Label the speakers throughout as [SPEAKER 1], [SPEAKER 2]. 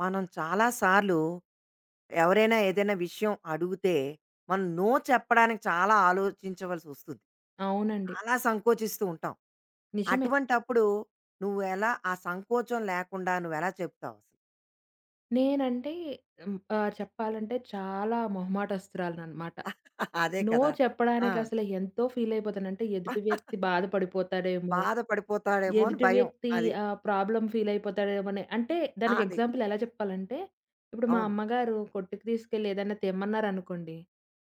[SPEAKER 1] మనం చాలా సార్లు ఎవరైనా ఏదైనా విషయం అడిగితే మనం నో చెప్పడానికి చాలా ఆలోచించవలసి వస్తుంది.
[SPEAKER 2] అవునండి.
[SPEAKER 1] చాలా సంకోచిస్తూ ఉంటాం.
[SPEAKER 2] నిజమే.
[SPEAKER 1] అటువంటప్పుడు నువ్వు ఎలా ఆ సంకోచం లేకుండా నువ్వెలా చెప్తావు అసలు?
[SPEAKER 2] నేనంటే చెప్పాలంటే చాలా మొహమాటస్తురాలిననమాట.
[SPEAKER 1] అదే
[SPEAKER 2] నో
[SPEAKER 1] కదా! ఆ!
[SPEAKER 2] చెప్పడానికసలు ఎంతో ఫీలయిపోతాను. అంటే ఎదుటి వ్యక్తి బాధపడిపోతాడేమో!
[SPEAKER 1] బాధపడిపోతాడేమో అని
[SPEAKER 2] ఎదుటి
[SPEAKER 1] భయం.
[SPEAKER 2] వ్యక్తి
[SPEAKER 1] అది.
[SPEAKER 2] ప్రాబ్లమ్ ఫీల్ అయిపోతాడేమోని. అంటే
[SPEAKER 1] ఆ!
[SPEAKER 2] దానికి
[SPEAKER 1] అది.
[SPEAKER 2] ఎగ్జాంపుల్ ఎలా చెప్పాలంటే, ఇప్పుడు మా
[SPEAKER 1] అవును.
[SPEAKER 2] అమ్మగారు కొట్టుకి తీసుకెళ్ళి ఏదైనా తెమ్మన్నారనుకోండి,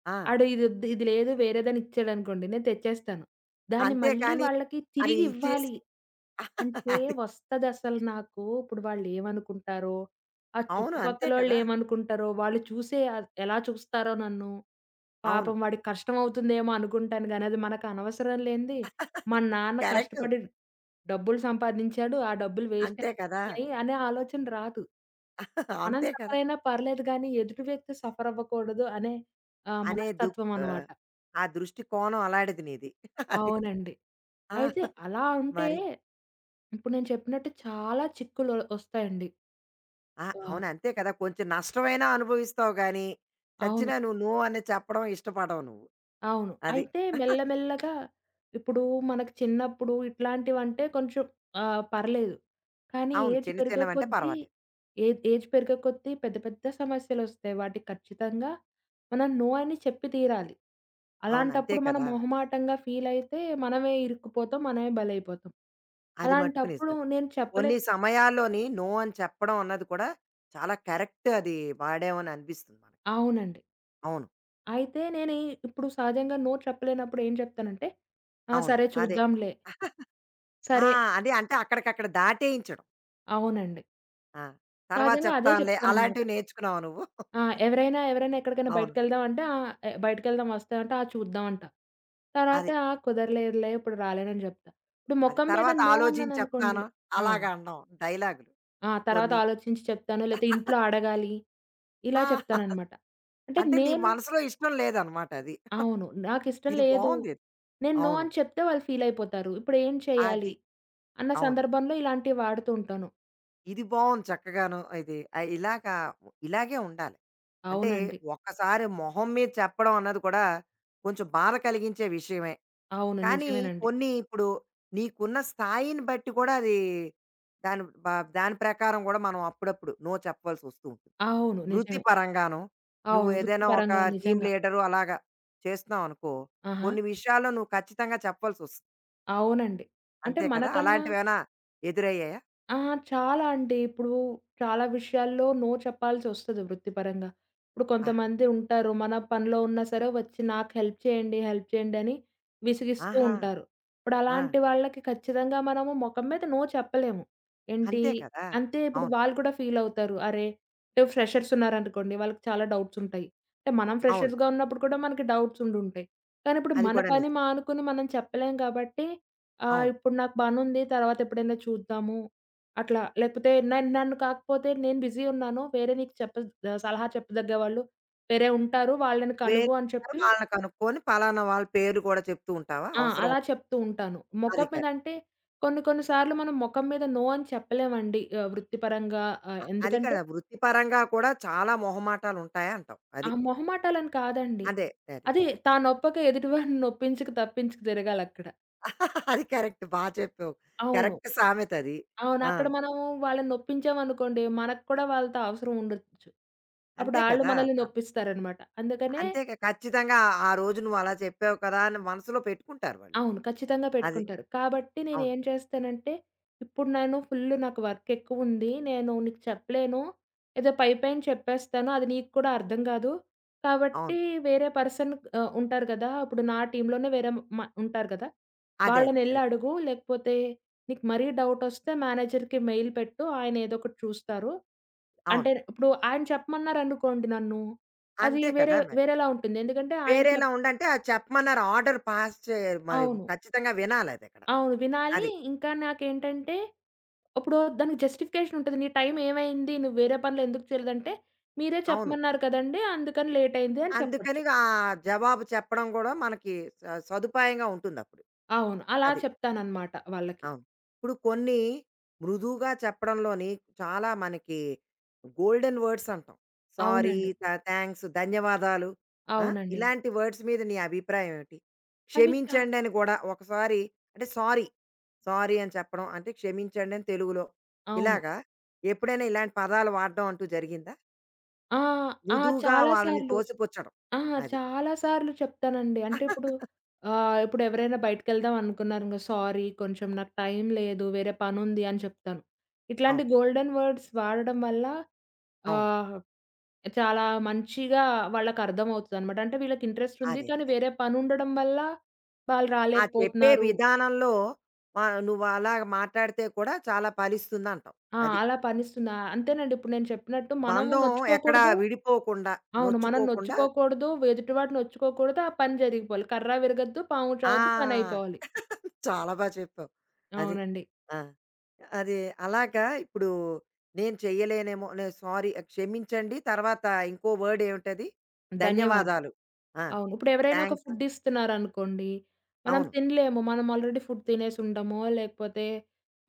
[SPEAKER 1] ఆ!
[SPEAKER 2] ఆడు ఇదొద్దు ఇది లేదు వేరేదని ఇచ్చాడనుకోండి, నేను తెచ్చేస్తాను. దాన్ని మళ్ళీ
[SPEAKER 1] అంతేకాని
[SPEAKER 2] వాళ్ళకి
[SPEAKER 1] అది
[SPEAKER 2] తిరిగి ఇవ్వాలి.
[SPEAKER 1] ఇచ్చేసి
[SPEAKER 2] అంటే
[SPEAKER 1] అది.
[SPEAKER 2] వస్తదసలు నాకు. ఇప్పుడు వాళ్ళేమనుకుంటారో, ఆ
[SPEAKER 1] అవును. అంతే
[SPEAKER 2] చుట్టుపక్కలోళ్ళేమనుకుంటారో, వాళ్ళు
[SPEAKER 1] కదా!
[SPEAKER 2] ఏమనుకుంటారో, వాళ్ళు చూసే ఎలా చూస్తారో నన్ను,
[SPEAKER 1] అవును.
[SPEAKER 2] పాపం వాడికి కష్టమవుతుందేమో అనుకుంటాను గానీ, అది మనకనవసరం లేనిది. మా నాన్న
[SPEAKER 1] కరెక్టు.
[SPEAKER 2] కష్టపడి డబ్బులు సంపాదించాడు. ఆ డబ్బులు వేస్ట్
[SPEAKER 1] అంతే కదా!
[SPEAKER 2] అయిపోతున్నాయి అనే ఆలోచన రాదు. మనం
[SPEAKER 1] అంతే కదా!
[SPEAKER 2] సఫర్ అయినా పర్లేదు గానీ, ఎదుటి వ్యక్తి సఫర్ అవ్వకూడదు అనే
[SPEAKER 1] అనే దుక్
[SPEAKER 2] మనస్తత్వం
[SPEAKER 1] ఆహ్,
[SPEAKER 2] అనమాట.
[SPEAKER 1] ఆ దృష్టి కోణం అలాడిది నీది. అది.
[SPEAKER 2] అవునండి.
[SPEAKER 1] ఆ!
[SPEAKER 2] అయితే అలా ఉంటే,
[SPEAKER 1] మరి
[SPEAKER 2] ఇప్పుడు నేను చెప్పినట్టు చాలా చిక్కులు ఒస్తాయండి.
[SPEAKER 1] ఆ!
[SPEAKER 2] ఆ!
[SPEAKER 1] అవును అంతే కదా! కొంచెం నష్టమైనా అనుభవిస్తావు గానీ, చచ్చినా
[SPEAKER 2] అవును.
[SPEAKER 1] నువ్వు నో అని చెప్పడం ఇష్టపడవు నువ్వు.
[SPEAKER 2] అవును.
[SPEAKER 1] అది.
[SPEAKER 2] అయితే మెల్లమెల్లగా ఇప్పుడు మనకు చిన్నప్పుడు ఇట్లాంటివంటే కొంచెం పర్లేదు. కానీ
[SPEAKER 1] అవును. చిన్న చిన్నవంటే పర్వాలేదు.
[SPEAKER 2] ఏజ్ పెరిగే కొద్దీ పెద్ద పెద్ద సమస్యలొస్తాయి. వాటికి ఖచ్చితంగా మనం నో అని చెప్పి తీరాలి.
[SPEAKER 1] అవును. అంతే
[SPEAKER 2] అలాంటప్పుడు మనం
[SPEAKER 1] కదా!
[SPEAKER 2] మొహమాటంగా ఫీలయితే మనమే ఇరుక్కుపోతాం. మనమే బలైపోతాం.
[SPEAKER 1] అది మట్టుకు
[SPEAKER 2] అలాంటప్పుడు
[SPEAKER 1] నిజమే.
[SPEAKER 2] నేను చెప్పలే
[SPEAKER 1] కొన్ని సమయాల్లోని నో అని చెప్పడం అన్నది కూడా చాలా కరెక్ట్ అది వాడామని అనిపిస్తుంది మనకి.
[SPEAKER 2] అవునండి.
[SPEAKER 1] అవును.
[SPEAKER 2] అయితే నేను ఇప్పుడు సహజంగా నో చెప్పలేనప్పుడు ఏం చెప్తానంటే, "ఆ!
[SPEAKER 1] అవును.
[SPEAKER 2] సరే
[SPEAKER 1] అదే.
[SPEAKER 2] చూద్దాంలే.
[SPEAKER 1] ఆ!
[SPEAKER 2] సరే".
[SPEAKER 1] అదే అంటే అక్కడికక్కడ దాటేయించడం.
[SPEAKER 2] అవునండి.
[SPEAKER 1] ఆ! తర్వాత
[SPEAKER 2] సహజంగా అదే
[SPEAKER 1] చెప్తానులే
[SPEAKER 2] చెప్తారనమాట.
[SPEAKER 1] అలాంటివి నేర్చుకున్నావా నువ్వు?
[SPEAKER 2] ఆ! ఎవరైనా ఎవరైనా ఎక్కడికైనా
[SPEAKER 1] అవును.
[SPEAKER 2] బయటికెళ్దాం వస్తావా అంటే, "ఆ! చూద్దాం" అంటా. తర్వాత
[SPEAKER 1] అది.
[SPEAKER 2] "ఆ! కుదరలేదులే ఇప్పుడు రాలేనని" చెప్తా. ఇప్పుడు
[SPEAKER 1] అది.
[SPEAKER 2] మొఖం మీద
[SPEAKER 1] తర్వాత
[SPEAKER 2] నో
[SPEAKER 1] ఆలోచించి
[SPEAKER 2] అన్నాననుకోండి.
[SPEAKER 1] చెప్తాను.
[SPEAKER 2] ఆ!
[SPEAKER 1] అలాగా అనడం డైలాగులు
[SPEAKER 2] ఆ! తర్వాత
[SPEAKER 1] కొన్ని.
[SPEAKER 2] ఆలోచించి చెప్తాను. లేతే ఇంట్లో అడగాలి.
[SPEAKER 1] ఆ!
[SPEAKER 2] ఇలా చెప్తాననమాట. అంటే
[SPEAKER 1] అంటే నీ
[SPEAKER 2] నేను
[SPEAKER 1] మనసులో ఇష్టం లేదనమాట అది.
[SPEAKER 2] అవును. నాకిష్టం
[SPEAKER 1] ఇది
[SPEAKER 2] లేదు.
[SPEAKER 1] బావుందిది.
[SPEAKER 2] నేను నో
[SPEAKER 1] అవును.
[SPEAKER 2] అని చెప్తే వాళ్ళు ఫీల్ అయిపోతారు. ఇప్పుడేం
[SPEAKER 1] అది.
[SPEAKER 2] చేయాలి? అన్న
[SPEAKER 1] అవును.
[SPEAKER 2] సందర్భంలో ఇలాంటివి వాడుతూ ఉంటాను.
[SPEAKER 1] ఇది బావుంది చక్కగాను. ఇది ఇలాగా ఇలాగే ఉండాలి. అంటే
[SPEAKER 2] అవునండి.
[SPEAKER 1] ఒక్కసారి మొహం మీద చెప్పడం అన్నది కూడా కొంచెం బాధ కలిగించే విషయమే.
[SPEAKER 2] అవును.
[SPEAKER 1] కానీ
[SPEAKER 2] నిజమేనండి.
[SPEAKER 1] కొన్ని ఇప్పుడు నీకున్న స్థాయిని బట్టి కూడా అది దాని బ దాని ప్రకారం కూడా మనం అప్పుడప్పుడు నో చెప్పవలసి వస్తూ ఉంటుంది.
[SPEAKER 2] అవును.
[SPEAKER 1] వృత్తి
[SPEAKER 2] నిజమే.
[SPEAKER 1] పరంగాను నువ్వు
[SPEAKER 2] అవును.
[SPEAKER 1] ఏదైనా ఒక
[SPEAKER 2] వృత్తిపరంగా
[SPEAKER 1] టీమ్
[SPEAKER 2] నిజంగా.
[SPEAKER 1] లీడరు అలాగా చేస్తున్నావు అనుకో,
[SPEAKER 2] ఆహా!
[SPEAKER 1] కొన్ని విషయాల్లో నువ్వు ఖచ్చితంగా చెప్పవలసి వస్తుంది.
[SPEAKER 2] అవునండి. అంటే
[SPEAKER 1] అంతే కదా!
[SPEAKER 2] మనకన్నా
[SPEAKER 1] అలాంటివేమైనా ఎదురయ్యాయా?
[SPEAKER 2] ఆ! చాలా అండి. ఇప్పుడు చాలా విషయాల్లో నో చెప్పాల్సొస్తది వృత్తిపరంగా. ఇప్పుడు
[SPEAKER 1] ఆహా!
[SPEAKER 2] కొంతమంది ఉంటారు. మన పనిలో ఉన్నా సరే వచ్చి నాకు హెల్ప్ చేయండి, హెల్ప్ చేయండి అని విసిగిస్తూ
[SPEAKER 1] ఆహా!
[SPEAKER 2] ఉంటారు. ఇప్పుడు
[SPEAKER 1] ఆ!
[SPEAKER 2] అలాంటి వాళ్ళకి ఖచ్చితంగా మనము మొఖం మీద నో చెప్పలేము. ఏంటి
[SPEAKER 1] అంతే కదా!
[SPEAKER 2] అంతే. ఇప్పుడు
[SPEAKER 1] అవును.
[SPEAKER 2] వాళ్ళు కూడా ఫీల్ అవుతారు. అరే! ఇప్పుడు ఫ్రెషర్స్ ఉన్నారనుకోండి. వాళ్ళకి చాలా డౌట్స్ ఉంటాయి. అంటే మనం
[SPEAKER 1] అవును.
[SPEAKER 2] ఫ్రెషర్స్‌గా ఉన్నప్పుడు కూడా మనకి డౌట్స్ ఉండుంటాయి. కానీ ఇప్పుడు
[SPEAKER 1] అది
[SPEAKER 2] మన
[SPEAKER 1] కూడా
[SPEAKER 2] పని
[SPEAKER 1] నిజం.
[SPEAKER 2] మానుకుని మనం చెప్పలేం కాబట్టి
[SPEAKER 1] అవును.
[SPEAKER 2] ఇప్పుడు నాకు పనుంది తర్వాత ఎప్పుడైనా చూద్దాము అట్లా. లేకపోతే నన్ నన్ను కాకపోతే నేను బిజీ ఉన్నాను. వేరే నీకు చెప్ప ఆహ్, సలహా చెప్పదగ్గ వాళ్ళు వేరే ఉంటారు. వాళ్ళని
[SPEAKER 1] వేరే
[SPEAKER 2] కలువు అని చెప్పి
[SPEAKER 1] వాళ్ళని కనుక్కొని పలానా వాళ్ళ పేరు కూడా చెప్తూ ఉంటావా
[SPEAKER 2] ఆ!
[SPEAKER 1] అవసరం
[SPEAKER 2] అలా
[SPEAKER 1] ఉంటే?
[SPEAKER 2] చెప్తూ ఉంటాను.
[SPEAKER 1] అది
[SPEAKER 2] మొఖం మీద
[SPEAKER 1] కరెక్ట్.
[SPEAKER 2] అంటే కొన్ని కొన్ని సార్లు మనం మొఖం మీద నో అని చెప్పలేమండి. వృత్తిపరంగా
[SPEAKER 1] అది
[SPEAKER 2] ఎందుకంటే
[SPEAKER 1] కదా! వృత్తిపరంగా కూడా చాలా మొహమాటాలుంటాయి అంటావు.
[SPEAKER 2] ఆ
[SPEAKER 1] అది.
[SPEAKER 2] మొహమాటాలని కాదండి.
[SPEAKER 1] అదే. అదే.
[SPEAKER 2] అదే నొప్పక ఎదుటివాడిని నొప్పించక తప్పించక తిరగాలక్కడ.
[SPEAKER 1] అది కరెక్ట్. బా చెప్పావు.
[SPEAKER 2] అవును.
[SPEAKER 1] కరెక్ట్ సామెతది.
[SPEAKER 2] అవును.
[SPEAKER 1] ఆ!
[SPEAKER 2] అక్కడ మనం వాళ్ళని నొప్పించామనుకోండి మనకు కూడా వాళ్ళతో అవసరం ఉండొచ్చు. అప్పుడు
[SPEAKER 1] అంతే
[SPEAKER 2] ఆళ్ళు
[SPEAKER 1] కదా!
[SPEAKER 2] మనల్ని
[SPEAKER 1] అ
[SPEAKER 2] నొప్పిస్తారనమాట. అందుకనే
[SPEAKER 1] అంతేగా ఖచ్చితంగా ఆ ఆ రోజు నువ్వు అలా చెప్పావు కదా! అని మనసులో పెట్టుకుంటారు వాళ్ళు.
[SPEAKER 2] అవును. ఖచ్చితంగా
[SPEAKER 1] అది.
[SPEAKER 2] పెట్టుకుంటారు. కాబట్టి
[SPEAKER 1] అవును.
[SPEAKER 2] నేనేం చేస్తానంటే, ఇప్పుడు నేను ఫుల్లు నాకు వర్క్ ఎక్కువుంది. నేను నీకు చెప్పలేను. ఏదో పైపైన చెప్పేస్తాను. అది నీకు కూడా అర్థం కాదు. కాబట్టి
[SPEAKER 1] అవును.
[SPEAKER 2] వేరే పర్సన్ ఉంటారు కదా! ఇప్పుడు నా టీమ్‌లోనే వేరే ఉంటారు కదా!
[SPEAKER 1] అదే. అదే.
[SPEAKER 2] వాళ్ళనెళ్లి
[SPEAKER 1] కరెక్ట్.
[SPEAKER 2] అడుగు. లేకపోతే నీకు మరీ డౌటొస్తే మేనేజర్‌కి మెయిల్ పెట్టు. ఆయన ఏదో ఒకటి చూస్తారు. అంటే
[SPEAKER 1] అవును.
[SPEAKER 2] ఇప్పుడు ఆయన చెప్పమన్నారనుకోండి నన్ను, అది
[SPEAKER 1] అంతే కదా మరి.
[SPEAKER 2] వేరేలా ఉంటుంది. ఎందుకంటే ఆయన
[SPEAKER 1] వేరేలా
[SPEAKER 2] చెప్
[SPEAKER 1] ఉండంటే అది చెప్పమన్నారు ఆర్డర్ పాస్ చే మరి
[SPEAKER 2] అవును.
[SPEAKER 1] ఖచ్చితంగా వినాలదక్కడ. అది.
[SPEAKER 2] అవును.
[SPEAKER 1] అక్కడ.
[SPEAKER 2] వినాలి.
[SPEAKER 1] అది
[SPEAKER 2] ఇంకా నాకేంటంటే, ఇప్పుడు దానికి జస్టిఫికేషన్ ఉంటది. నీ టైం ఏమైంది? నువ్వు వేరే పనులు ఎందుకు చేయలేదంటే, మీరే
[SPEAKER 1] అవును.
[SPEAKER 2] చెప్పమన్నారు కదండీ! అందుకని లేట్ అయింది అని
[SPEAKER 1] అందుకని
[SPEAKER 2] చెప్పొచ్చు.
[SPEAKER 1] ఆ జవాబు చెప్పడం కూడా మనకి సదుపాయంగా ఉంటుందప్పుడు.
[SPEAKER 2] అవును. అలా
[SPEAKER 1] అది.
[SPEAKER 2] చెప్తానన్నమాట వాళ్ళకి.
[SPEAKER 1] అవును. ఇప్పుడు కొన్ని మృదువుగా చెప్పడంలోని చాలా మనకి గోల్డెన్ వర్డ్స్ అంటాం. సారీ,
[SPEAKER 2] అవునండి.
[SPEAKER 1] థాంక్స్, ధన్యవాదాలు. ఆ!
[SPEAKER 2] అవునండి.
[SPEAKER 1] ఇలాంటి వర్డ్స్ మీద నీ అభిప్రాయం ఏమిటి?
[SPEAKER 2] అవి చా
[SPEAKER 1] క్షమించండి అని గూడా ఒకసారి అంటే సారీ, సారీ అని చెప్పడం అంటే క్షమించండి అని తెలుగులో.
[SPEAKER 2] అవును.
[SPEAKER 1] ఇలాగా ఎప్పుడైనా ఇలాంటి పదాలు వాడడం అంటూ జరిగిందా?
[SPEAKER 2] ఆ! ఆ!
[SPEAKER 1] మృదువుగా
[SPEAKER 2] చాలా
[SPEAKER 1] వాళ్ళని
[SPEAKER 2] సార్లు.
[SPEAKER 1] తోసిపుచ్చడం.
[SPEAKER 2] ఆ!
[SPEAKER 1] అది.
[SPEAKER 2] చాలా సార్లు చెప్తానండి. అంటే ఇప్పుడు ఇప్పుడు ఎవరైనా బయటికెళ్దాం అనుకున్నారనుకో, "సారీ కొంచెం నాకు టైం లేదు. వేరే పనుంది" అని చెప్తాను. ఇట్లాంటి
[SPEAKER 1] అవును.
[SPEAKER 2] గోల్డెన్ వర్డ్స్ వాడడం వల్ల
[SPEAKER 1] అవును.
[SPEAKER 2] ఆహ్, చాలా మంచిగా వాళ్ళకర్థమవుతదనమాట. అంటే వీళ్ళకి ఇంట్రెస్ట్ ఉంది.
[SPEAKER 1] అదే.
[SPEAKER 2] కానీ
[SPEAKER 1] అదే.
[SPEAKER 2] వేరే పనుండడం వల్ల వాళ్ళు
[SPEAKER 1] ఆ చెప్పే
[SPEAKER 2] రాలేకపోతున్నారు.
[SPEAKER 1] విధానంలో వ నువ్వు అలాగ మాట్లాడితే కూడా చాలా ఫలిస్తుందంటావు.
[SPEAKER 2] ఆ!
[SPEAKER 1] అది.
[SPEAKER 2] అలా పనిస్తున్నా అంతేనండి. ఇప్పుడు నేను చెప్పినట్టు మనము
[SPEAKER 1] బంధం ఎక్కడా
[SPEAKER 2] నొచ్చుకోకూడదు.
[SPEAKER 1] విడిపోకుండా,
[SPEAKER 2] అవును. మనం
[SPEAKER 1] నొచ్చుకోకుండా
[SPEAKER 2] నొచ్చుకోకూడదు. ఎదుటివాడు నొచ్చుకోకూడదు. ఆ పని జరిగిపోవాలి. కర్ర విరగద్దు. పాము చావద్దు.
[SPEAKER 1] ఆ!
[SPEAKER 2] పనయిపోవాలి.
[SPEAKER 1] చాలా బా చెప్పావు. అది.
[SPEAKER 2] అవునండి.
[SPEAKER 1] ఆ! అది అలాగా ఇప్పుడు నేను చెయ్యలేనేమో, నేను సారీ క్షమించండి. తర్వాత ఇంకో వర్డ్ ఏమిటది?
[SPEAKER 2] ధన్యవాదాలు.
[SPEAKER 1] ధన్యవాదాలు. ఆ!
[SPEAKER 2] అవును. ఇప్పుడెవరైనా ఒక
[SPEAKER 1] థాంక్స్.
[SPEAKER 2] ఫుడ్ ఇస్తున్నారనుకోండి, మనం
[SPEAKER 1] అవును.
[SPEAKER 2] తినలేము. మనం ఆల్రెడీ ఫుడ్ తినేసుండమో, లేకపోతే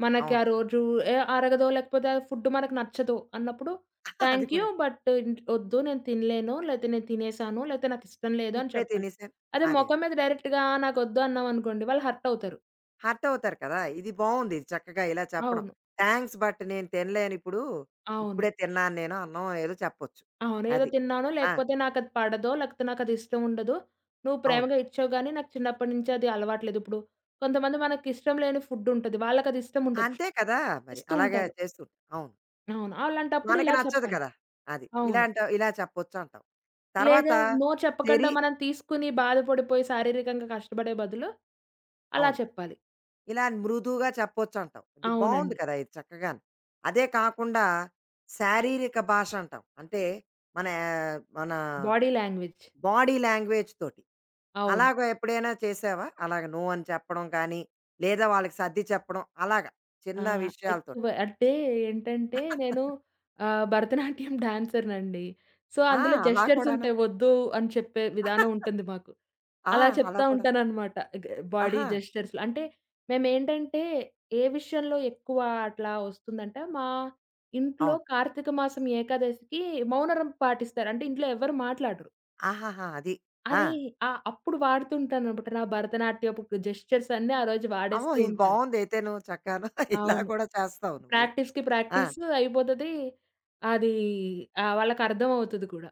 [SPEAKER 2] మనకి ఆ
[SPEAKER 1] అవును.
[SPEAKER 2] రోజు అరగదో, లేకపోతే ఆ ఫుడ్ మనకు నచ్చదో అన్నప్పుడు,
[SPEAKER 1] అది
[SPEAKER 2] థ్యాంక్ యూ.
[SPEAKER 1] కూడా.
[SPEAKER 2] బట్ ఒద్దు నేను తినలేను, లేతే నేను తినేసాను, లేతే నాకిష్టం లేదు అని
[SPEAKER 1] ఇప్పుడే
[SPEAKER 2] చెప్పాలి.
[SPEAKER 1] తినేసాను.
[SPEAKER 2] అదే
[SPEAKER 1] అదే.
[SPEAKER 2] మొఖం మీద డైరెక్ట్‌గా నాకొద్దు అన్నామనుకోండి, వాళ్ళు హర్ట్ అవుతారు.
[SPEAKER 1] హర్ట్ అవుతారు కదా! ఇది బావుంది. ఇది చక్కగా ఇలా చెప్పడం.
[SPEAKER 2] అవును.
[SPEAKER 1] థాంక్స్ బట్ నేను తినలేను ఇప్పుడు.
[SPEAKER 2] అవును.
[SPEAKER 1] ఇప్పుడే తిన్నాను నేను అన్నం ఏదో చెప్పొచ్చు.
[SPEAKER 2] అవును. ఏదో
[SPEAKER 1] అది.
[SPEAKER 2] తిన్నానో,
[SPEAKER 1] ఆ!
[SPEAKER 2] లేకపోతే నాకది పడదో, లేకపోతే నాకది ఇష్టం ఉండదో, నువ్వు
[SPEAKER 1] అవును.
[SPEAKER 2] ప్రేమగా ఇచ్చావు గానీ, నాకు చిన్నప్పటి నుంచి అది అలవాట్లేదు. ఇప్పుడు కొంతమంది మనకిష్టం లేని ఫుడ్ ఉంటది. వాళ్ళకది ఇష్టం ఉండొచ్చు.
[SPEAKER 1] అంతే కదా! మరి
[SPEAKER 2] ఇస్తూ
[SPEAKER 1] అలాగే
[SPEAKER 2] ఉంటారు.
[SPEAKER 1] చేస్తూ అవును.
[SPEAKER 2] అవును. అలాంటప్పుడు
[SPEAKER 1] మనకి
[SPEAKER 2] ఇలా
[SPEAKER 1] నచ్చదు
[SPEAKER 2] చెప్పాలి.
[SPEAKER 1] కదా! అది.
[SPEAKER 2] అవును.
[SPEAKER 1] ఇలాంటి ఇలా చెప్పొచ్చు అంటావు. తర్వాత
[SPEAKER 2] లేదా నో చెప్పకుండా
[SPEAKER 1] శరీ
[SPEAKER 2] మనం తీసుకుని బాధపడిపోయి శారీరకంగా కష్టపడే బదులు అలా
[SPEAKER 1] అవును.
[SPEAKER 2] చెప్పాలి.
[SPEAKER 1] ఇలా మృదువుగా చెప్పొచ్చు అంటావు. ఇది బావుంది
[SPEAKER 2] అవునండి.
[SPEAKER 1] కదా! ఇది చక్కగాను. అదే కాకుండా శారీరక భాష అంటాం. అంటే మన మన
[SPEAKER 2] బాడీ లాంగ్వేజ్.
[SPEAKER 1] బాడీ లాంగ్వేజ్ తోటి.
[SPEAKER 2] అవును.
[SPEAKER 1] అలాగ ఎప్పుడైనా చేసావా? అలాగ నో అని చెప్పడం కానీ, లేదా వాళ్ళకి సర్ది చెప్పడం అలాగా
[SPEAKER 2] ఆ!
[SPEAKER 1] చిన్న విషయాలతోటి.
[SPEAKER 2] ఎక్కువ అంటే ఏంటంటే నేను భరతనాట్యం డాన్సర్‌నండి. సో,
[SPEAKER 1] ఆ!
[SPEAKER 2] అందులో
[SPEAKER 1] అలా
[SPEAKER 2] జెస్చర్స్
[SPEAKER 1] కూడాను.
[SPEAKER 2] ఉంటాయి. వద్దు అని చెప్పే విధానం ఉంటుంది మాకు.
[SPEAKER 1] ఆ!
[SPEAKER 2] అలా
[SPEAKER 1] అలా
[SPEAKER 2] చెప్తా
[SPEAKER 1] కూడా.
[SPEAKER 2] ఉంటాననమాట. గ బాడీ
[SPEAKER 1] ఆహా!
[SPEAKER 2] జెస్చర్స్‌లో అంటే మేమేంటంటే ఏ విషయంలో ఎక్కువ అట్లా వస్తుందంటే మా ఇంట్లో
[SPEAKER 1] అవును.
[SPEAKER 2] కార్తీక మాసం ఏకాదశికి మౌనరం పాటిస్తారు. అంటే ఇంట్లో ఎవరు మాట్లాడరు.
[SPEAKER 1] ఆహాహా! అది. ఆ!
[SPEAKER 2] అది అప్పుడు వాడుతుంటాననమాట. నా భరతనాట్యపు జెస్చర్స్ అన్నీ ఆ రోజు
[SPEAKER 1] అమ్మో!
[SPEAKER 2] వాడేస్తూ
[SPEAKER 1] ఇది
[SPEAKER 2] ఉంటాను.
[SPEAKER 1] బావుందయితేను చక్కాను. ఇలా
[SPEAKER 2] అవును.
[SPEAKER 1] కూడా చేస్తావు నువ్వు.
[SPEAKER 2] ప్రాక్టీస్‌కి
[SPEAKER 1] ఆ!
[SPEAKER 2] ప్రాక్టీస్ అయిపోతది. అది వాళ్ళకర్థమవుతది కూడా.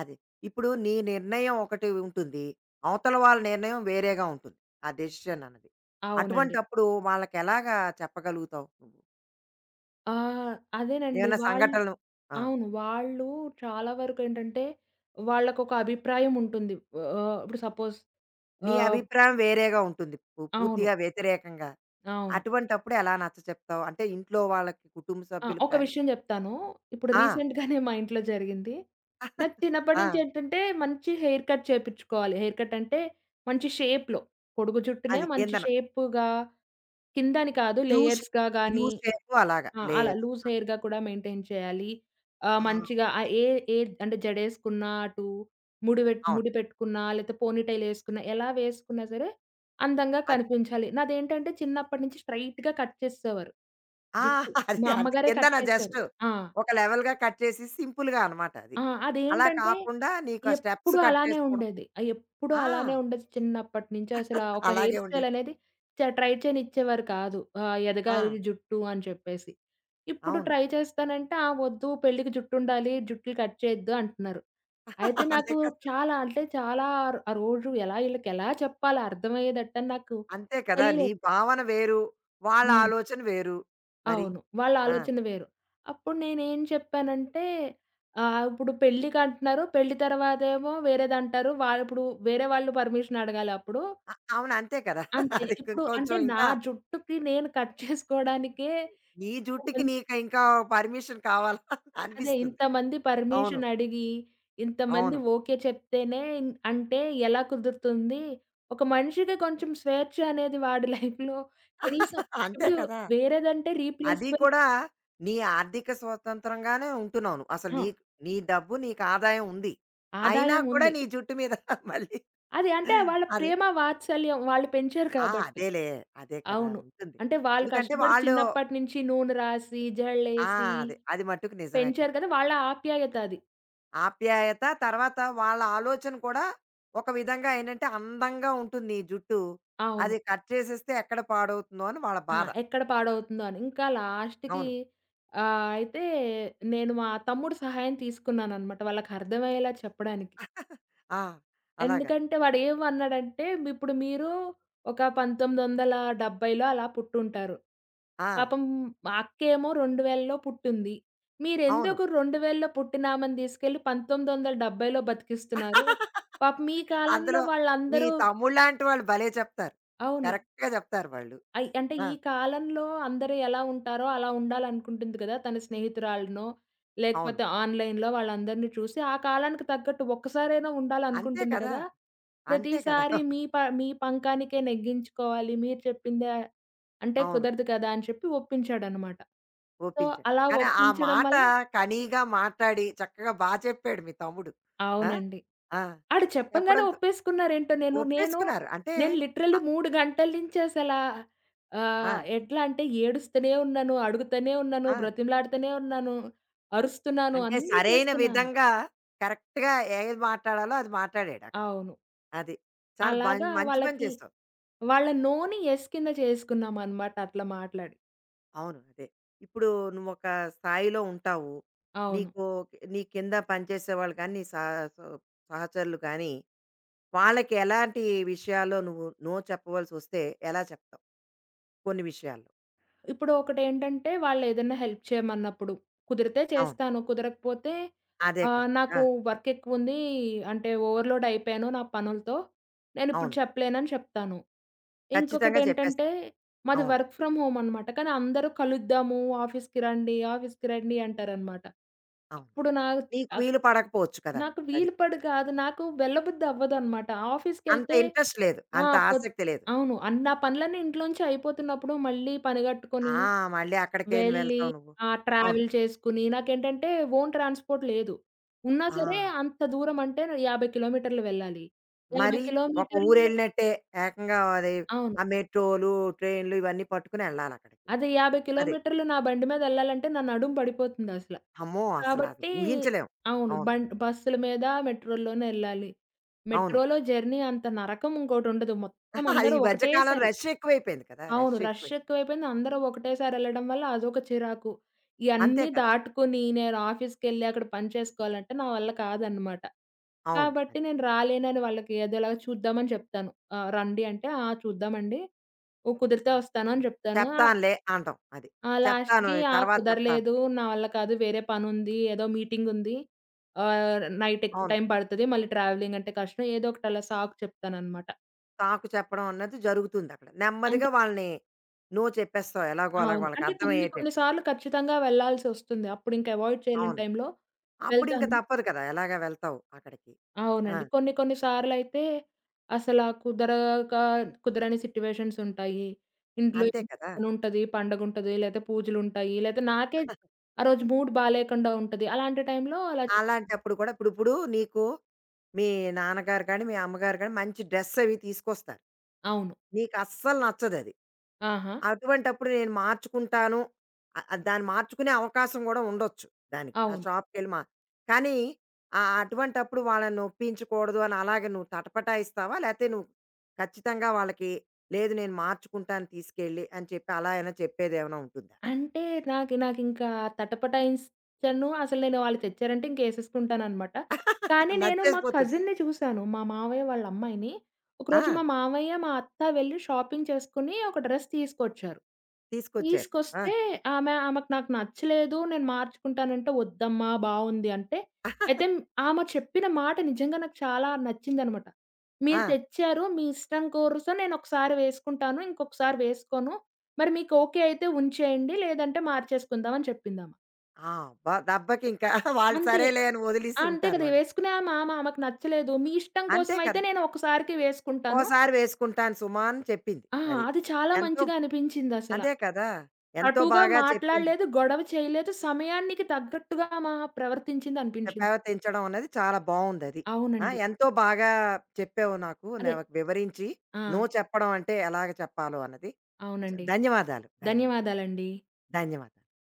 [SPEAKER 1] అది. ఇప్పుడు నీ నిర్ణయం ఒకటి ఉంటుంది. అవతల వాళ్ళ నిర్ణయం వేరేగా ఉంటుంది. ఆ డెసిషన్ అన్నది.
[SPEAKER 2] అవునండి.
[SPEAKER 1] అటువంటప్పుడు వాళ్ళకెలాగా చెప్పగలుగుతావు నువ్వు?
[SPEAKER 2] ఆ! అదేనండి.
[SPEAKER 1] ఏమైనా సంఘటనలు ఆ!
[SPEAKER 2] అవును. వాళ్ళు చాలా వరకేంటంటే, వాళ్ళకొక అభిప్రాయం ఉంటుంది. ఇప్పుడు సపోజ్
[SPEAKER 1] నీ
[SPEAKER 2] ఆహ్,
[SPEAKER 1] అభిప్రాయం వేరేగా ఉంటుంది.
[SPEAKER 2] అవును.
[SPEAKER 1] పూర్తిగా వ్యతిరేకంగా.
[SPEAKER 2] అవును.
[SPEAKER 1] అటువంటప్పుడు ఎలా నచ్చచెప్తావు? అంటే ఇంట్లో వాళ్ళకి, కుటుంబ
[SPEAKER 2] ఆ!
[SPEAKER 1] సభ్యులకు
[SPEAKER 2] ఒక
[SPEAKER 1] కానీ
[SPEAKER 2] విషయం చెప్తాను. ఇప్పుడు
[SPEAKER 1] ఆ!
[SPEAKER 2] రీసెంట్‌గానే మా ఇంట్లో జరిగింది. నాకు చిన్నప్పటి
[SPEAKER 1] ఆ!
[SPEAKER 2] నుంచి ఏంటంటే, మంచి హెయిర్ కట్ చేపించుకోవాలి. హెయిర్ కట్ అంటే, మంచి షేప్‌లో. పొడుగు జుట్టునే
[SPEAKER 1] అది
[SPEAKER 2] మంచి
[SPEAKER 1] కిందన
[SPEAKER 2] షేపుగా, కిందని కాదు
[SPEAKER 1] యూ షే
[SPEAKER 2] లేయర్స్‌గా
[SPEAKER 1] యూ
[SPEAKER 2] గాని
[SPEAKER 1] షేపు అలాగా
[SPEAKER 2] ఆ! అలా
[SPEAKER 1] లేయర్స్.
[SPEAKER 2] లూజ్ హెయిర్‌గా కూడా మెయింటైన్ చేయాలి. ఆహ్,
[SPEAKER 1] ఆ!
[SPEAKER 2] మంచిగా ఆహ్,
[SPEAKER 1] అది.
[SPEAKER 2] ఏ ఏ అంటే జడేసుకున్నా, అటు
[SPEAKER 1] అవును.
[SPEAKER 2] ముడి పెట్టుకున్నా, లేతే పోనీటైల్ ఏసుకున్నా, ఎలా వేసుకున్నా సరే అందంగా
[SPEAKER 1] అది.
[SPEAKER 2] కనిపించాలి. నాదేంటంటే చిన్నప్పటి నుంచి స్ట్రెయిట్‌గా కట్ చేసేసేవారు
[SPEAKER 1] ఆ!
[SPEAKER 2] జుట్టు.
[SPEAKER 1] అది
[SPEAKER 2] మా
[SPEAKER 1] అంత
[SPEAKER 2] అమ్మగారే కట్
[SPEAKER 1] కిందన
[SPEAKER 2] చేసేవారు.
[SPEAKER 1] జస్టు
[SPEAKER 2] ఆ!
[SPEAKER 1] ఒక లెవెల్‌గా కట్ చేసి సింపుల్‌గా అనమాట అది.
[SPEAKER 2] ఆ!
[SPEAKER 1] అలా
[SPEAKER 2] అదేంటంటే
[SPEAKER 1] కాకుండా నీకు ఆ స్టెప్స్
[SPEAKER 2] ఎప్పుడూ
[SPEAKER 1] కట్
[SPEAKER 2] అలానే
[SPEAKER 1] చేసుకోవడం.
[SPEAKER 2] ఉండేది. ఎప్పుడూ
[SPEAKER 1] ఆ!
[SPEAKER 2] అలానే ఉండేది చిన్నప్పటి నుంచి. అసలా ఒక
[SPEAKER 1] అలాగే
[SPEAKER 2] హెయిర్ స్టైల్
[SPEAKER 1] ఉండేది.
[SPEAKER 2] అనేది ట్రై చేయనిచ్చేవారు కాదు.
[SPEAKER 1] ఆ!
[SPEAKER 2] ఎదగాలి జుట్టు అని చెప్పేసి. ఇప్పుడు
[SPEAKER 1] అవును.
[SPEAKER 2] ట్రై చేస్తానంటే, "ఆ! వద్దు పెళ్ళికి జుట్టుండాలి, జుట్లు కట్ చేయొద్దు" అంటున్నారు. అయితే
[SPEAKER 1] అదే
[SPEAKER 2] నాకు
[SPEAKER 1] కదా!
[SPEAKER 2] చాలా ఆ రోజు ఈళ్ళకెలా చెప్పాలా అర్థమయ్యేటట్టని నాకు
[SPEAKER 1] అంతే కదా! నీ
[SPEAKER 2] తెలియలేదు.
[SPEAKER 1] భావన వేరు. వాళ్ళ
[SPEAKER 2] హ్మ్.
[SPEAKER 1] ఆలోచన వేరు. మరి.
[SPEAKER 2] అవును. వాళ్ళ
[SPEAKER 1] ఆ!
[SPEAKER 2] ఆలోచన వేరు. అప్పుడు నేనేం చెప్పానంటే, ఇప్పుడు పెళ్ళికి అంటున్నారు. పెళ్లి తర్వాతేమో వేరేదంటారు. వాళ్ళు ఇప్పుడు వేరే వాళ్ళు పర్మిషన్ అడగాలప్పుడు.
[SPEAKER 1] అవును. అంతే కదా!
[SPEAKER 2] అంతే.
[SPEAKER 1] అది
[SPEAKER 2] ఇప్పుడు
[SPEAKER 1] కొంచెం
[SPEAKER 2] అంటే నా
[SPEAKER 1] ఇంకా
[SPEAKER 2] జుట్టుకి నేను కట్ చేసుకోవడానికే
[SPEAKER 1] నీ జుట్టుకి
[SPEAKER 2] ఇంతమంది,
[SPEAKER 1] నీకు ఇంకా పర్మిషన్ కావాలా
[SPEAKER 2] అదే
[SPEAKER 1] అనిపిస్తుంది.
[SPEAKER 2] ఇంతమంది
[SPEAKER 1] అవును.
[SPEAKER 2] పర్మిషన్ అడిగి, ఇంతమంది
[SPEAKER 1] అవును.
[SPEAKER 2] ఓకే చెప్తేనే ఇన్ అంటే ఎలా కుదురుతుంది? ఒక మనిషికి కొంచెం స్వేచ్ఛ అనేది వాడి లైఫ్‌లో కనీసం
[SPEAKER 1] అంతే
[SPEAKER 2] ఇప్పుడు
[SPEAKER 1] కదా!
[SPEAKER 2] వేరేదంటే
[SPEAKER 1] అది
[SPEAKER 2] రీప్లేసబుల్.
[SPEAKER 1] కూడా నీ ఆర్థిక స్వతంత్రంగానే ఉంటున్నావు నువ్వు. అసలు
[SPEAKER 2] ఆ!
[SPEAKER 1] నీకు నీ డబ్బు నీకు ఆదాయం ఉంది. అయినా
[SPEAKER 2] ఆదాయం
[SPEAKER 1] కూడా
[SPEAKER 2] ఉంది.
[SPEAKER 1] నీ జుట్టు మీద మళ్ళీ
[SPEAKER 2] అది అంటే వాళ్ళ
[SPEAKER 1] అదే.
[SPEAKER 2] ప్రేమ వాత్సల్యం వాళ్ళు పెంచారు
[SPEAKER 1] ఆ!
[SPEAKER 2] కాబట్టి.
[SPEAKER 1] అదేలే. అదే కదా!
[SPEAKER 2] అవును.
[SPEAKER 1] ఉంటుంది.
[SPEAKER 2] అంటే వాళ్ళు
[SPEAKER 1] ఎందుకంటే
[SPEAKER 2] కష్టపడి
[SPEAKER 1] వాళ్ళు
[SPEAKER 2] చిన్నప్పటి నుంచి నూనె రాసి,
[SPEAKER 1] ఆ!
[SPEAKER 2] జల్లేసి
[SPEAKER 1] అదే. అది మట్టుకు నిజమే
[SPEAKER 2] పెంచారు
[SPEAKER 1] కదా!
[SPEAKER 2] కదా! వాళ్ళ ఆప్యాయత అది.
[SPEAKER 1] ఆప్యాయత తర్వాత వాళ్ళ ఆలోచన కూడా ఒక విధంగా ఏంటంటే అందంగా ఉంటుంది నీ జుట్టు. అది
[SPEAKER 2] అవును.
[SPEAKER 1] కట్ చేసేస్తే ఎక్కడ పాడవుతుందో అని వాళ్ళ
[SPEAKER 2] ఆ!
[SPEAKER 1] బాధ.
[SPEAKER 2] ఎక్కడ పాడవుతుందో అని. ఇంకా లాస్ట్‌కి
[SPEAKER 1] అవును.
[SPEAKER 2] అయితే నేను మా తమ్ముడు సహాయం తీసుకున్నాననమాట వాళ్ళకర్థమయ్యేలా చెప్పడానికి.
[SPEAKER 1] ఆ! అలాగా.
[SPEAKER 2] ఎందుకంటే వాడేమన్నాడంటే, ఇప్పుడు మీరు ఒక 1970లో అలా పుట్టుంటారు.
[SPEAKER 1] ఆ!
[SPEAKER 2] పాపం మా అక్కేమో 2000లో పుట్టింది.
[SPEAKER 1] అవును.
[SPEAKER 2] మీరెందుకు 2000లో పుట్టినామెని తీసుకెళ్ళి 1970లో బతికిస్తున్నారు? పాపం మీ కాలంలో
[SPEAKER 1] అందులో మీ
[SPEAKER 2] వాళ్ళందరూ
[SPEAKER 1] తమ్ముడులాంటి వాళ్ళు భలే చెప్తారు.
[SPEAKER 2] అవును.
[SPEAKER 1] కరెక్ట్‌గా చెప్తారు వాళ్ళు.
[SPEAKER 2] అంటే
[SPEAKER 1] ఆ!
[SPEAKER 2] ఈ కాలంలో అందరూ ఎలా ఉంటారో అలా ఉండాలనుకుంటుంది కదా! తన స్నేహితురాలనో,
[SPEAKER 1] అవును.
[SPEAKER 2] లేకపోతే ఆన్‌లైన్‌లో వాళ్ళందరిని చూసి ఆ కాలానికి తగ్గట్టు ఒక్కసారైనా
[SPEAKER 1] అంతే
[SPEAKER 2] ఉండాలనుకుంటుంది
[SPEAKER 1] కదా!
[SPEAKER 2] కదా!
[SPEAKER 1] అంతే కదా!
[SPEAKER 2] ప్రతిసారి మీ పంకానికే నెగ్గించుకోవాలి. మీరు చెప్పిందే అంటే
[SPEAKER 1] అవును.
[SPEAKER 2] కుదరదు కదా! అని చెప్పి ఒప్పించాడనమాట. సో,
[SPEAKER 1] ఒప్పించాడు.
[SPEAKER 2] అలా
[SPEAKER 1] కానీ ఆ
[SPEAKER 2] ఒప్పించడం
[SPEAKER 1] మాట
[SPEAKER 2] వల్ల
[SPEAKER 1] కనీగా మాట్లాడి చక్కగా బా చెప్పాడు మీ తమ్ముడు. ఆ!
[SPEAKER 2] అవునండి.
[SPEAKER 1] ఆ!
[SPEAKER 2] ఆడు చెప్పంగానే
[SPEAKER 1] చెప్పడంతో
[SPEAKER 2] ఒప్పేసుకున్నారేంటో నేను నేను
[SPEAKER 1] ఒప్పేసుకున్నారు. అంటే
[SPEAKER 2] నేను లిటరల్లీ
[SPEAKER 1] ఆహ్,
[SPEAKER 2] 3 గంటల నుంచి అసలా
[SPEAKER 1] ఆ!
[SPEAKER 2] ఎట్లా అంటే ఏడుస్తూనే ఉన్నాను, అడుగుతూనే ఉన్నాను,
[SPEAKER 1] ఆ!
[SPEAKER 2] బ్రతిమలాడుతూనే ఉన్నాను, అరుస్తున్నాను,
[SPEAKER 1] అంటే
[SPEAKER 2] అన్నీ
[SPEAKER 1] సరైన
[SPEAKER 2] చేస్తున్నాను.
[SPEAKER 1] విధంగా కరెక్ట్‌గా ఏది మాట్లాడాలో అది మాట్లాడాడక్కడ.
[SPEAKER 2] అవును.
[SPEAKER 1] అది. చాలా
[SPEAKER 2] అలాగా
[SPEAKER 1] మంచి పని
[SPEAKER 2] వాళ్ళకి
[SPEAKER 1] చేసావు.
[SPEAKER 2] వాళ్ళ నోని యెస్ కింద చేసుకున్నామనమాట అట్లా మాట్లాడి.
[SPEAKER 1] అవును. అదే. ఇప్పుడు నువ్వొక స్థాయిలో ఉంటావు.
[SPEAKER 2] అవును.
[SPEAKER 1] నీకు నీ కింద పనిచేసేవాళ్ళు గానీ, నీ సహ సొ సహచరులు గానీ, వాళ్ళకి ఎలాంటి విషయాల్లో నువ్వు నో చెప్పవలసొస్తే ఎలా చెప్తావు? కొన్ని విషయాల్లో.
[SPEAKER 2] ఇప్పుడు ఒకటేంటంటే వాళ్ళేదైనా హెల్ప్ చేయమన్నప్పుడు, కుదిరితే
[SPEAKER 1] అవును.
[SPEAKER 2] చేస్తాను. కుదరకపోతే
[SPEAKER 1] అదే కదా! ఆ!
[SPEAKER 2] నాకు వర్క్ ఎక్కువుంది. అంటే ఓవర్‌లోడ్ అయిపోయాను నా పనులతో. నేనిప్పుడు
[SPEAKER 1] అవును.
[SPEAKER 2] చెప్పలేనని చెప్తాను.
[SPEAKER 1] ఖచ్చితంగా
[SPEAKER 2] ఇంకొకటేంటంటే
[SPEAKER 1] చెప్పేస్తావు.
[SPEAKER 2] మాది
[SPEAKER 1] అవును.
[SPEAKER 2] వర్క్ ఫ్రమ్ హోమ్ అనమాట. కానీ అందరూ కలుద్దాము, ఆఫీస్‌కి రండి, ఆఫీస్‌కి రండి అంటారనమాట.
[SPEAKER 1] అవును.
[SPEAKER 2] అప్పుడు నా
[SPEAKER 1] నీకు
[SPEAKER 2] ఆహ్,
[SPEAKER 1] వీలు పడకపోవచ్చు కదా!
[SPEAKER 2] నాకు
[SPEAKER 1] అది.
[SPEAKER 2] వీలు పడి కాదు. నాకు వెళ్ళబుద్ధి అవ్వదనమాట.
[SPEAKER 1] అంత
[SPEAKER 2] ఆఫీస్‌కెళ్తే
[SPEAKER 1] ఇంట్రెస్ట్ లేదు.
[SPEAKER 2] ఆ!
[SPEAKER 1] అంత
[SPEAKER 2] పొద్
[SPEAKER 1] ఆసక్తి లేదు.
[SPEAKER 2] అవును. నా పనులన్నీ ఇంట్లోంచి అయిపోతున్నప్పుడు మళ్ళీ పనిగట్టుకొని
[SPEAKER 1] ఆ! మళ్ళీ అక్కడికేం
[SPEAKER 2] వెళ్ళి
[SPEAKER 1] వెళ్తావు నువ్వు.
[SPEAKER 2] ఆ!
[SPEAKER 1] అవును.
[SPEAKER 2] ట్రావెల్ చేసుకొని నాకేంటంటే ఓన్ ట్రాన్స్‌పోర్ట్ లేదు. ఉన్నా
[SPEAKER 1] ఆ!
[SPEAKER 2] సరే అంత దూరం అంటే 50 కిలోమీటర్లు వెళ్ళాలి.
[SPEAKER 1] మరి
[SPEAKER 2] 50
[SPEAKER 1] ఒక
[SPEAKER 2] కిలోమీటర్లు
[SPEAKER 1] ఊరెళ్ళినట్టే ఏకంగా అది
[SPEAKER 2] అవును.
[SPEAKER 1] ఆ మెట్రోలు, ట్రైన్‌లు ఇవన్నీ పట్టుకుని ఎళ్ళాలక్కడికి.
[SPEAKER 2] అదే 50
[SPEAKER 1] అది.
[SPEAKER 2] కిలోమీటర్లు నా బండి మీద ఎళ్ళాలంటే నా నడుము పడిపోతుందసల.
[SPEAKER 1] అమ్మో! అసలా
[SPEAKER 2] కాబట్టి
[SPEAKER 1] ఊహించలేం.
[SPEAKER 2] అవును.
[SPEAKER 1] అవును.
[SPEAKER 2] బస్సుల మీద, మెట్రో‌ల్లోనే ఎళ్ళాలి.
[SPEAKER 1] అవును.
[SPEAKER 2] మెట్రో‌లో జర్నీ అంత నరకం ఇంకోటుండదు. మొత్తం
[SPEAKER 1] అది ఈ
[SPEAKER 2] అందరూ
[SPEAKER 1] మధ్య కాలంలో
[SPEAKER 2] ఒకటేసారి
[SPEAKER 1] రష్ ఎక్కువైపోయింది కదా!
[SPEAKER 2] అవును.
[SPEAKER 1] రష్
[SPEAKER 2] రష్
[SPEAKER 1] ఎక్కువై
[SPEAKER 2] ఎక్కువైపోయింది. అందరూ ఒకటేసారి ఎళ్ళడం వల్ల అదొక చిరాకు.
[SPEAKER 1] అంతే
[SPEAKER 2] ఇయన్నీ
[SPEAKER 1] కదా!
[SPEAKER 2] దాటుకొని నేను ఆఫీస్‌కెళ్ళి అక్కడ పని చేసుకోవాలంటే నా వల్ల కాదనమాట.
[SPEAKER 1] అవును.
[SPEAKER 2] కాబట్టి
[SPEAKER 1] అది.
[SPEAKER 2] నేను రాలేనని వాళ్ళకి ఏదోలాగా చూద్దామని చెప్తాను. రండి అంటే, "ఆ! చూద్దామండి. ఓ కుదిరితే వస్తాను" అని చెప్తాను.
[SPEAKER 1] చెప్తానులే అనడం. అది.
[SPEAKER 2] ఆ!
[SPEAKER 1] చెప్తాను
[SPEAKER 2] లాస్ట్‌కి "ఆ!
[SPEAKER 1] తర్వాత చెప్తాను.
[SPEAKER 2] కుదరలేదు. నా వల్ల కాదు. వేరే పనుంది. ఏదో మీటింగుంది. ఆహ్, నైట్ ఎక్కువ
[SPEAKER 1] అవును.
[SPEAKER 2] టైం పడతది. మళ్ళీ ట్రావెలింగ్ అంటే కష్టం." ఏదో ఒకటి అలా సాకు చెప్తాననమాట.
[SPEAKER 1] తాకు చెప్పడం అన్నది జరుగుతుందక్కడ. నెమ్మదిగా
[SPEAKER 2] అంతే.
[SPEAKER 1] వాళ్ళని నో చెప్పేస్తావు ఎలాగో అలాగ
[SPEAKER 2] అవును. అంటే కొన్ని కొన్ని
[SPEAKER 1] వాళ్ళకర్థమయ్యేటట్టు.
[SPEAKER 2] సార్లు ఖచ్చితంగా వెళ్ళాల్సొస్తుంది. అప్పుడింక అవాయిడ్ చేయలేని
[SPEAKER 1] అవును.
[SPEAKER 2] టైంలో
[SPEAKER 1] అప్పుడింక
[SPEAKER 2] వెళ్తాను.
[SPEAKER 1] తప్పదు కదా! ఎలాగా వెళ్తావు అక్కడికి. ఆ!
[SPEAKER 2] అవునండి. కొన్ని కొన్ని సార్లయితే అసలా కుదరని సిట్యుయేషన్స్ ఉంటాయి. ఇంట్లో
[SPEAKER 1] అంతే
[SPEAKER 2] ఏదో
[SPEAKER 1] కదా!
[SPEAKER 2] పనుంటది, పండగుంటది, లేతే పూజలుంటాయి, లేతే నాకే ఆ రోజు మూడ్ బాలేకుండా ఉంటది. అలాంటి టైంలో అలా చెప్
[SPEAKER 1] అలాంటప్పుడు కూడా ఇప్పుడు ఇప్పుడు నీకు మీ నాన్నగారు గాని, మీ అమ్మగారు గాని మంచి డ్రెస్ అవి తీసుకొస్తారు.
[SPEAKER 2] అవును.
[SPEAKER 1] నీకస్సలు నచ్చదది.
[SPEAKER 2] ఆహా!
[SPEAKER 1] అటువంటప్పుడు నేను మార్చుకుంటాను. దాన్ని మార్చుకునే అవకాశం గూడా ఉండొచ్చు దానికి. ఆ
[SPEAKER 2] అవును.
[SPEAKER 1] షాప్‌కెళ్ళి మా కానీ అటువంటప్పుడు వాళ్ళని నొప్పించకూడదు అని అలాగే నువ్వు తటపటాయిస్తావా? లేతే నువ్వు ఖచ్చితంగా వాళ్ళకి లేదు నేను మార్చుకుంటాను తీసుకెళ్ళి అని చెప్పి అలా అయినా చెప్పేది ఏమైనా చెప్పేదేమైనా ఉంటుందా?
[SPEAKER 2] అంటే నాకు నాకింకా తటపటాయించను. అసలు నేను వాళ్ళు తెచ్చారంటే ఇంకేసేసుకుంటాననమాట. కానీ నేను మా
[SPEAKER 1] నచ్చేసిపోతుంది.
[SPEAKER 2] కజిన్‌ని చూసాను. మా మావయ్య వాళ్ళ అమ్మాయిని.
[SPEAKER 1] ఆ!
[SPEAKER 2] ఒకరోజు మా మావయ్య, మా అత్త వెళ్లి షాపింగ్ చేసుకొని ఒక డ్రెస్ తీసుకొచ్చారు.
[SPEAKER 1] తీసుకొచ్చారు. ఆ!
[SPEAKER 2] తీసుకొస్తే ఆమెకు నాకు నచ్చలేదు. నేను మార్చుకుంటానంటే, "వద్దమ్మా బావుంది" అంటే, అయితే ఆమె చెప్పిన మాట నిజంగా నాకు చాలా నచ్చిందనమాట.
[SPEAKER 1] ఆ!
[SPEAKER 2] "మీరు తెచ్చారు. మీ ఇష్టం కోసం నేనొకసారి వేసుకుంటాను. ఇంకొకసారి వేసుకోను. మరి మీకు ఓకే అయితే ఉంచేయండి. లేదంటే మార్చేసుకుందాం" అని చెప్పిందామె.
[SPEAKER 1] ఆ! అబ్బా! దెబ్బకింకా వాళ్ళు
[SPEAKER 2] అంతే.
[SPEAKER 1] సరేలే అని వదిలేసి
[SPEAKER 2] అంతే
[SPEAKER 1] ఉంటారు
[SPEAKER 2] కదా!
[SPEAKER 1] వాళ్ళు.
[SPEAKER 2] వేసుకునే ఆమె ఆమె ఆమెకు నచ్చలేదు. "మీ ఇష్టం
[SPEAKER 1] అంతే
[SPEAKER 2] కోసమయితే
[SPEAKER 1] కదా!
[SPEAKER 2] నేను ఒకసారికి వేసుకుంటాను."
[SPEAKER 1] ఓసారి వేసుకుంటాను సుమా అని చెప్పింది.
[SPEAKER 2] ఆ!
[SPEAKER 1] అది.
[SPEAKER 2] అది చాలా
[SPEAKER 1] ఎంతో
[SPEAKER 2] మంచిగా అనిపించిందసల.
[SPEAKER 1] అదే కదా! ఎంతో
[SPEAKER 2] అటుగా
[SPEAKER 1] బాగా చెప్పింది.
[SPEAKER 2] మాట్లాడలేదు, గొడవ చేయలేదు. సమయానికి తగ్గట్టుగా ఆమా ప్రవర్తించిందనిపించింది.
[SPEAKER 1] పెవతించడం అన్నది చాలా బావుందది. ఆ!
[SPEAKER 2] అవునండి.
[SPEAKER 1] ఎంతో బాగా చెప్పావు నాకు.
[SPEAKER 2] అదే.
[SPEAKER 1] నాకు వివరించి
[SPEAKER 2] ఆ!
[SPEAKER 1] నో చెప్పడం అంటే ఎలాగ చెప్పాలో అన్నది.
[SPEAKER 2] అవునండి.
[SPEAKER 1] ధన్యవాదాలు. ధన్యవాదాలు.
[SPEAKER 2] ధన్యవాదాలండి.
[SPEAKER 1] ధన్యవాదాలు.